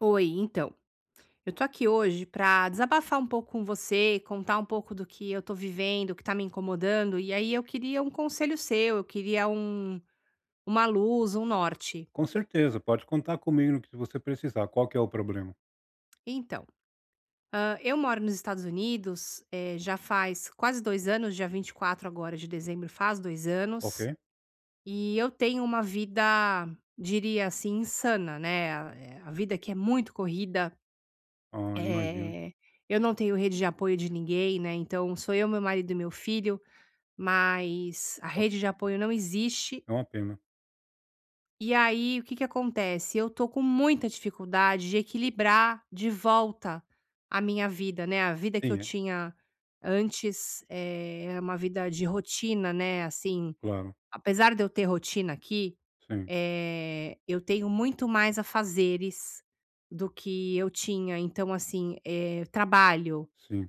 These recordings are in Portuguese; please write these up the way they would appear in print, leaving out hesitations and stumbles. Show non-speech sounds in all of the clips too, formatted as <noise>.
Oi, então, eu tô aqui hoje pra desabafar um pouco com você, contar um pouco do que eu tô vivendo, o que tá me incomodando, e aí eu queria um conselho seu, eu queria um, uma luz, um norte. Com certeza, pode contar comigo no que você precisar. Qual que é o problema? Então, eu moro nos Estados Unidos, já faz quase dois anos, dia 24 agora de dezembro faz dois Ok? anos, e eu tenho uma vida, diria assim, insana, né? A vida que é muito corrida. Ah, imagino. Eh, eu não tenho rede de apoio de ninguém, né, então sou eu, meu marido e meu filho, mas a rede de apoio não existe. É uma pena. E aí, o que que acontece? Eu tô com muita dificuldade de equilibrar de volta a minha vida, né, a vida que Sim, eu é, tinha antes, é era uma vida de rotina, né, assim, claro. apesar de eu ter rotina aqui, Sim, eu tenho muito mais afazeres do que eu tinha. Então, assim, eh, trabalho. sim.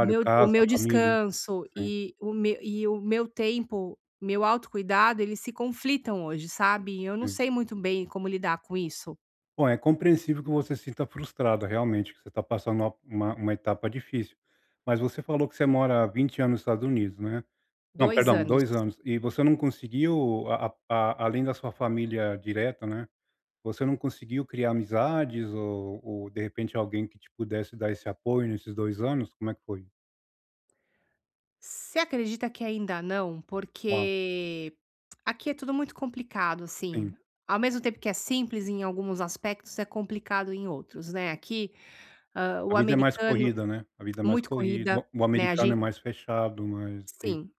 O meu o casa, meu família. descanso Sim, e o meu tempo, meu autocuidado, eles se conflitam hoje, sabe. Eu não sim. sei muito bem como lidar com isso. Bom, é compreensível que você se sinta frustrada, realmente, que você está passando uma etapa difícil. Mas você falou que você mora há 20 anos nos Estados Unidos, né? Não, Dois perdão, anos. 2 anos. E você não conseguiu a além da sua família direta, né? Você não conseguiu criar amizades ou, de repente, alguém que te pudesse dar esse apoio nesses 2 anos? Como é que foi? Você acredita que ainda não? Uau, Porque aqui é tudo muito complicado, assim. sim. Ao mesmo tempo que é simples em alguns aspectos, é complicado em outros, né. Aqui, hã, A o vida é mais americano corrida, né, a vida é mais muito corrida, corrida, o né, a americano é gente mais fechado, mas sim. sim,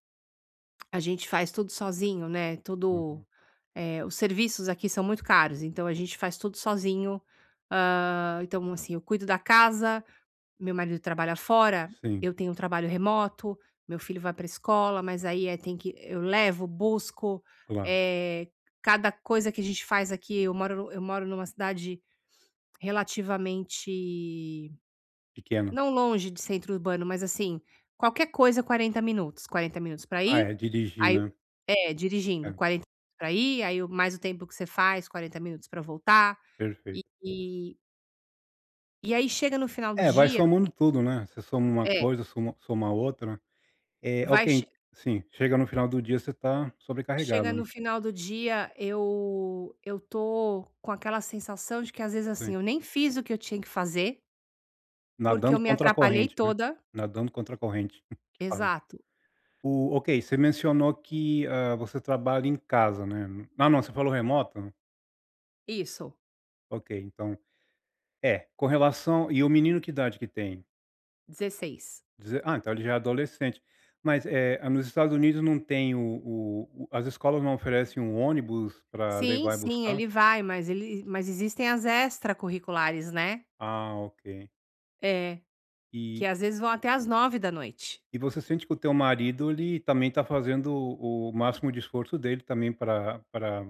a gente faz tudo sozinho, né, tudo. Uhum. Os serviços aqui são muito caros, então a gente faz tudo sozinho. Hã, então, assim, eu cuido da casa, meu marido trabalha fora, Sim, eu tenho um trabalho remoto, meu filho vai para escola, mas aí, tem que eu levo, busco, claro, eh, cada coisa que a gente faz aqui eu moro numa cidade relativamente pequeno. não longe de centro urbano, mas assim, qualquer coisa 40 minutos pra Ah, é, ir, dirigir, aí né. é, É, dirigindo, 40 pra ir, aí o mais o tempo que você faz, 40 minutos pra voltar, e perfeito. e e aí chega no final do É, vai dia somando tudo, né, você soma uma é, coisa, soma outra. É, vai che ok, sim, chega no final do dia você tá chega sobrecarregado, né. no final do dia, eu tô com aquela sensação de que às vezes, Sim. assim, eu nem fiz o que eu tinha que fazer, porque eu Nadando me contra a atrapalhei corrente, né, toda. nadando contra a corrente. <laughs> Exato. O ok, você mencionou que, você trabalha em casa, né. Ah, não, você falou remoto? Isso. Ok, então é, com relação e o menino que idade que tem? 16. Deze ah, então ele já é adolescente. Mas, nos Estados Unidos não tem o as escolas não oferecem um ônibus para Sim, levar e sim, buscar? ele vai, mas ele mas existem as extracurriculares, né. Ah, ok. É, E que às vezes vão até às 9 da noite. e você sente que o teu marido, ele também está fazendo o máximo de esforço dele também para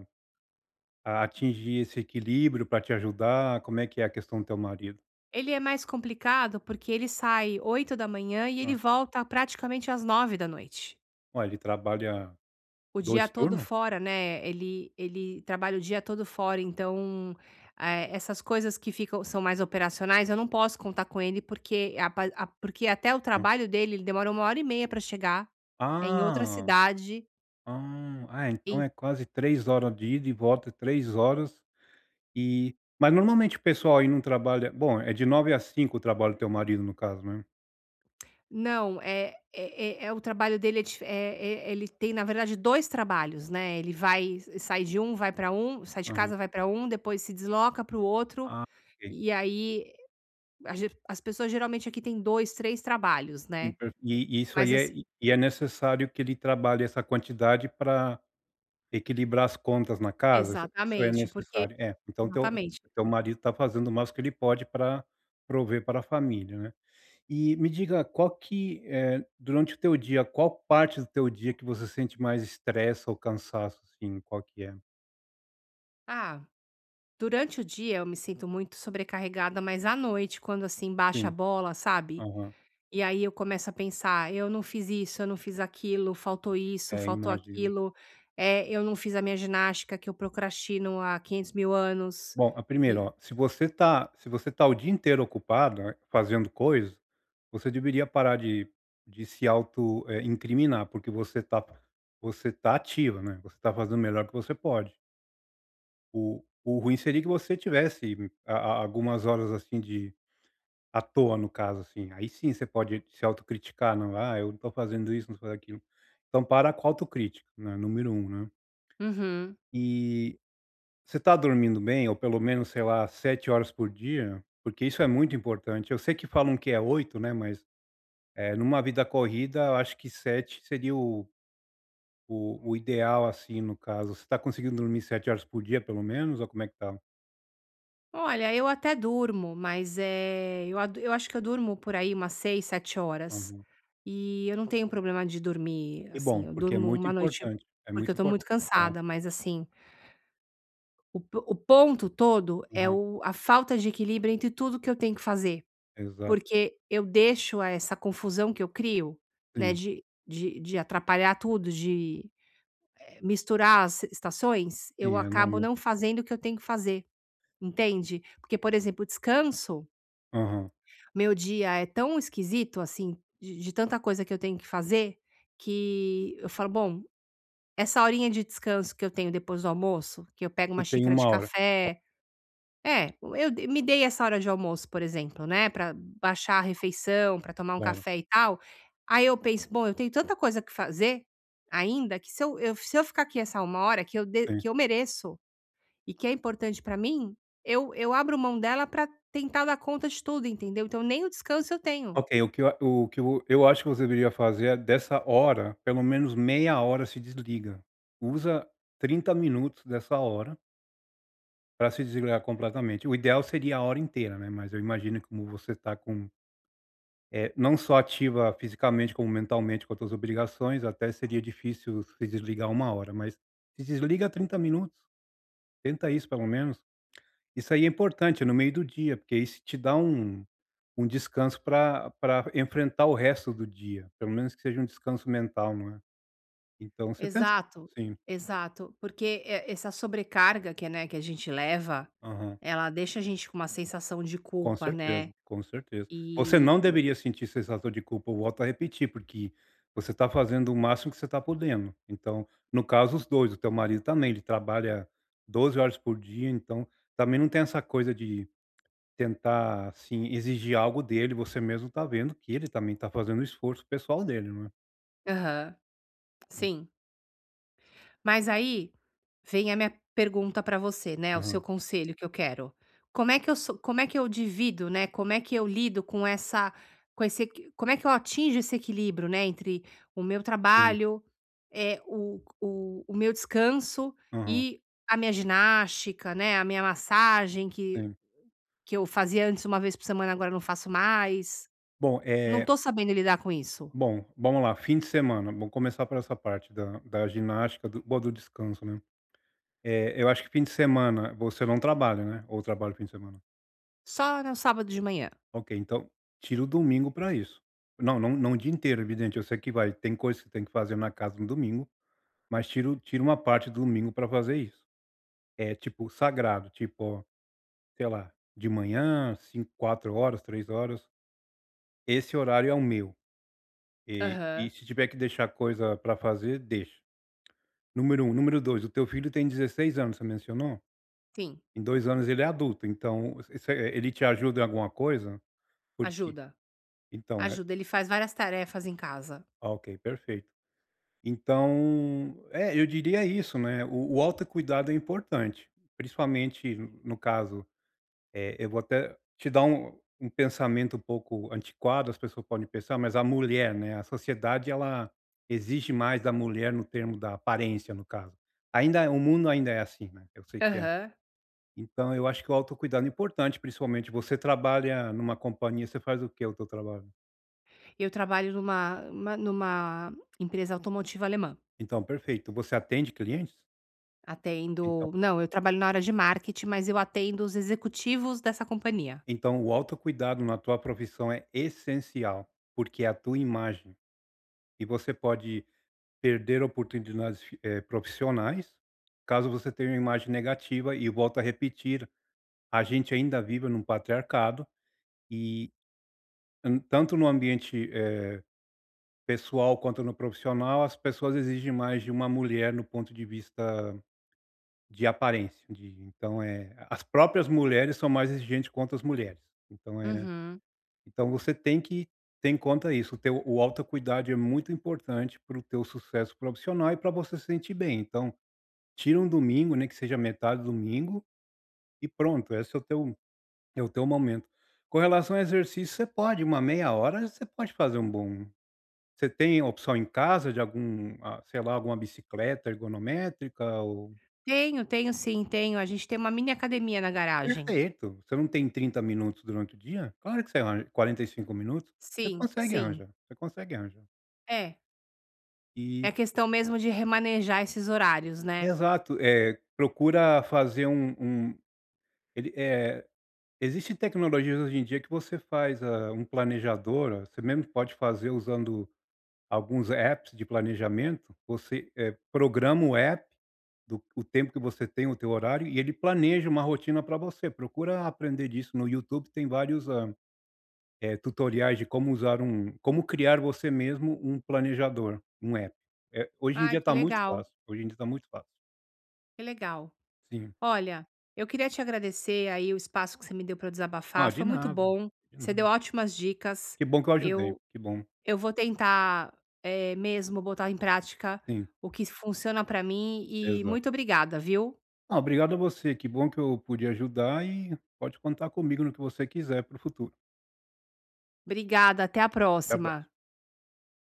atingir esse equilíbrio, para te ajudar? Como é que é a questão do teu marido? Ele é mais complicado, porque ele sai 8 da manhã e ele Ah. volta praticamente às 9 da noite. Ué, ele trabalha O dia 2 todo turnos? fora, né, ele trabalha o dia todo fora, então, essas coisas que ficam são mais operacionais, eu não posso contar com ele, porque a porque até o Não. trabalho dele, ele demora 1 hora e meia para chegar, é em outra Ah, cidade. Ah, então é quase 3 horas de ida e volta, é 3 horas e mas normalmente o pessoal aí não trabalha bom, é de 9 às cinco o trabalho do teu marido no caso, né? Não, o trabalho dele é dife é é ele tem, na verdade, 2 trabalhos, né, ele vai sai de um, vai para um, sai de Aham. casa, vai para um, depois se desloca para o outro, Ah, ok. e aí a ge as pessoas geralmente aqui têm dois, três trabalhos, E né, per e e isso mas aí é assim e é necessário que ele trabalhe essa quantidade para equilibrar as contas na casa? Isso é exatamente, porque necessário. É, então teu exatamente. teu marido está fazendo o máximo que ele pode para prover para a família, né? E me diga qual que, durante o teu dia, qual parte do teu dia que você sente mais estresse ou cansaço, assim, qual que é? Ah, durante o dia eu me sinto muito sobrecarregada, mas à noite, quando, assim, baixa a Sim, bola, sabe? aham. E aí eu começo a pensar: "Eu não fiz isso, eu não fiz aquilo, faltou isso, É, faltou imagino. aquilo, é, eu não fiz a minha ginástica que eu procrastino há 500 mil anos". Bom, a primeira, E ó, se você tá o dia inteiro ocupada fazendo coisas, você deveria parar de se auto, incriminar, porque você tá ativa, né, você tá fazendo o melhor que você pode. O ruim seria que você tivesse a algumas horas, assim, de à toa, no caso, assim. Aí sim você pode se autocriticar, não, "Ah, eu não tô fazendo isso, não tô fazendo aquilo". Então para com a autocrítica, né, número um né. uhum. E você está dormindo bem ou pelo menos, sei lá, 7 horas por dia? Porque isso é muito importante. Eu sei que falam que é 8 né, mas, é numa vida corrida, eu acho que 7 seria o ideal, assim, no caso. Você está conseguindo dormir 7 horas por dia, pelo menos, ou como é que tá? Olha, eu até durmo, mas, é, eu acho que eu durmo por aí umas 6, 7 horas. Aham. E eu não tenho problema de dormir, Que bom, assim, eu porque é durmo muito uma noite importante, é porque muito eu tô muito importante é, cansada, mas assim, o ponto todo é aham, o a falta de equilíbrio entre tudo que eu tenho que fazer. exato. Porque eu deixo a essa confusão que eu crio, né, Sim, de atrapalhar tudo, de, misturar as estações, eu sim, é acabo normal. não fazendo o que eu tenho que fazer, entende? Porque, por exemplo, descanso, Aham. meu dia é tão esquisito, assim, de tanta coisa que eu tenho que fazer, que eu falo: "Bom, essa horinha de descanso que eu tenho depois do almoço, que eu pego Você uma tem xícara de uma hora, café". É, eu de me dei essa hora de almoço, por exemplo, né, pra baixar a refeição, pra tomar um claro, café e tal. Aí eu penso: "Bom, eu tenho tanta coisa que fazer ainda, que se eu ficar aqui essa uma hora que eu de sim. que eu mereço e que é importante pra mim, eu abro mão dela pra tentar dar conta de tudo", entendeu. Então nem o descanso eu tenho. Ok, o que eu acho que você deveria fazer é dessa hora, pelo menos meia hora se desliga. Usa 30 minutos dessa hora para se desligar completamente. O ideal seria a hora inteira, né, mas eu imagino que como você está com, não só ativa fisicamente como mentalmente com as tuas obrigações, até seria difícil se desligar uma hora, mas se desliga 30 minutos, tenta isso pelo menos. Isso aí é importante, no meio do dia, porque isso te dá um descanso para pra enfrentar o resto do dia, pelo menos que seja um descanso mental, não é. Então você tenta Exato, sim, exato. Porque, essa sobrecarga que, né, que a gente leva, aham. ela deixa a gente com uma sensação de Com culpa, certeza, né. com certeza. Você E não deveria sentir sensação de culpa, eu volto a repetir, porque você está fazendo o máximo que você está podendo. Então, no caso os 2, o teu marido também, ele trabalha 12 horas por dia, então também não tem essa coisa de tentar, assim, exigir algo dele, você mesmo tá vendo que ele também tá fazendo o esforço pessoal dele, não é. aham, En sim. Mas aí, vem a minha pergunta para você, né, o seu aham, conselho que eu quero. Como é que eu divido, né, como é que eu lido com essa com esse equi como é que eu atinjo esse equilíbrio, né, entre o meu sim, trabalho, o meu descanso aham, e a minha ginástica, né, a minha massagem que sim. que eu fazia antes uma vez por semana, agora eu não faço mais. Bom, Não é tô sabendo lidar com isso. bom, vamos lá, fim de semana, vamos começar por essa parte da ginástica do ou do descanso, né. É, eu acho que fim de semana você não trabalha, né, ou trabalha fim de semana? Só no sábado de manhã. Ok, então tira o domingo para isso. Não o dia inteiro, evidente, eu sei que vai tem coisas que tem que fazer na casa no domingo, mas tira uma parte do domingo para fazer isso. É, tipo, sagrado, tipo, ó sei lá, de manhã, 5, 4 horas, 3 horas, esse horário é o meu. E Aham. se tiver que deixar coisa para fazer, deixa. Número um, número 2, o teu filho tem 16 anos, você mencionou? Sim, Em 2 anos ele é adulto, então você ele te ajuda em alguma coisa? Porque ajuda. então é Ajuda, ele faz várias tarefas em casa. ah, ok, perfeito. Então, é, eu diria isso, né, o autocuidado é importante, principalmente no caso é, eu vou até te dar um pensamento um pouco antiquado, as pessoas podem pensar, mas a mulher, né, a sociedade ela exige mais da mulher no termo da aparência, no caso. Ainda o mundo ainda é assim, né, eu sei que é. Aham. Então eu acho que o autocuidado é importante, principalmente você trabalha numa companhia, você faz o quê o teu trabalho? Eu trabalho numa empresa automotiva alemã. Então, perfeito. Você atende clientes? Então Atendo não, eu trabalho na área de marketing, mas eu atendo os executivos dessa companhia. então o autocuidado na tua profissão é essencial, porque é a tua imagem, e você pode perder oportunidades fi profissionais, caso você tenha uma imagem negativa e volto a repetir, a gente ainda vive num patriarcado e tanto no ambiente, pessoal quanto no profissional, as pessoas exigem mais de uma mulher no ponto de vista de aparência, de então, é, as próprias mulheres são mais exigentes quanto as mulheres. Então, é, Uhum. então você tem que ter em conta isso, o teu o autocuidado é muito importante para o teu sucesso profissional e para você se sentir bem, então tira um domingo, né que seja metade do domingo, e pronto, esse é o teu momento. Com relação ao exercício, você pode, uma meia hora você pode fazer um bom você tem opção em casa de algum, ah, sei lá, alguma bicicleta ergonométrica ou Tenho, tenho sim, tenho. A gente tem uma mini academia na garagem. perfeito, você não tem 30 minutos durante o dia? Claro que você arranja 45 minutos, você Sim, consegue sim. arranjar, você consegue arranjar. É, E é questão mesmo de remanejar esses horários, né. exato, é procura fazer um um ele eh existem tecnologias hoje em dia que você faz, ah, um planejador, ah, você mesmo pode fazer usando alguns apps de planejamento, você, programa o app do o tempo que você tem, o teu horário, e ele planeja uma rotina para você. Procura aprender disso no YouTube, tem vários, tutoriais de como usar um como criar você mesmo um planejador, um app. Hoje em Ah, dia que está muito legal, fácil, hoje em dia está muito fácil. que legal. Sim. Olha, eu queria te agradecer aí o espaço que você me deu para desabafar, Ah, de foi muito nada, bom. de Você deu nada. ótimas dicas. Que bom que eu ajudei, Eu que bom. eu vou tentar, mesmo botar em prática Sim, o que funciona para mim e muito exato. obrigada, viu? Ah, obrigado a você. Que bom que eu pude ajudar e pode contar comigo no que você quiser para o futuro. Obrigada, até a Até a próxima. próxima.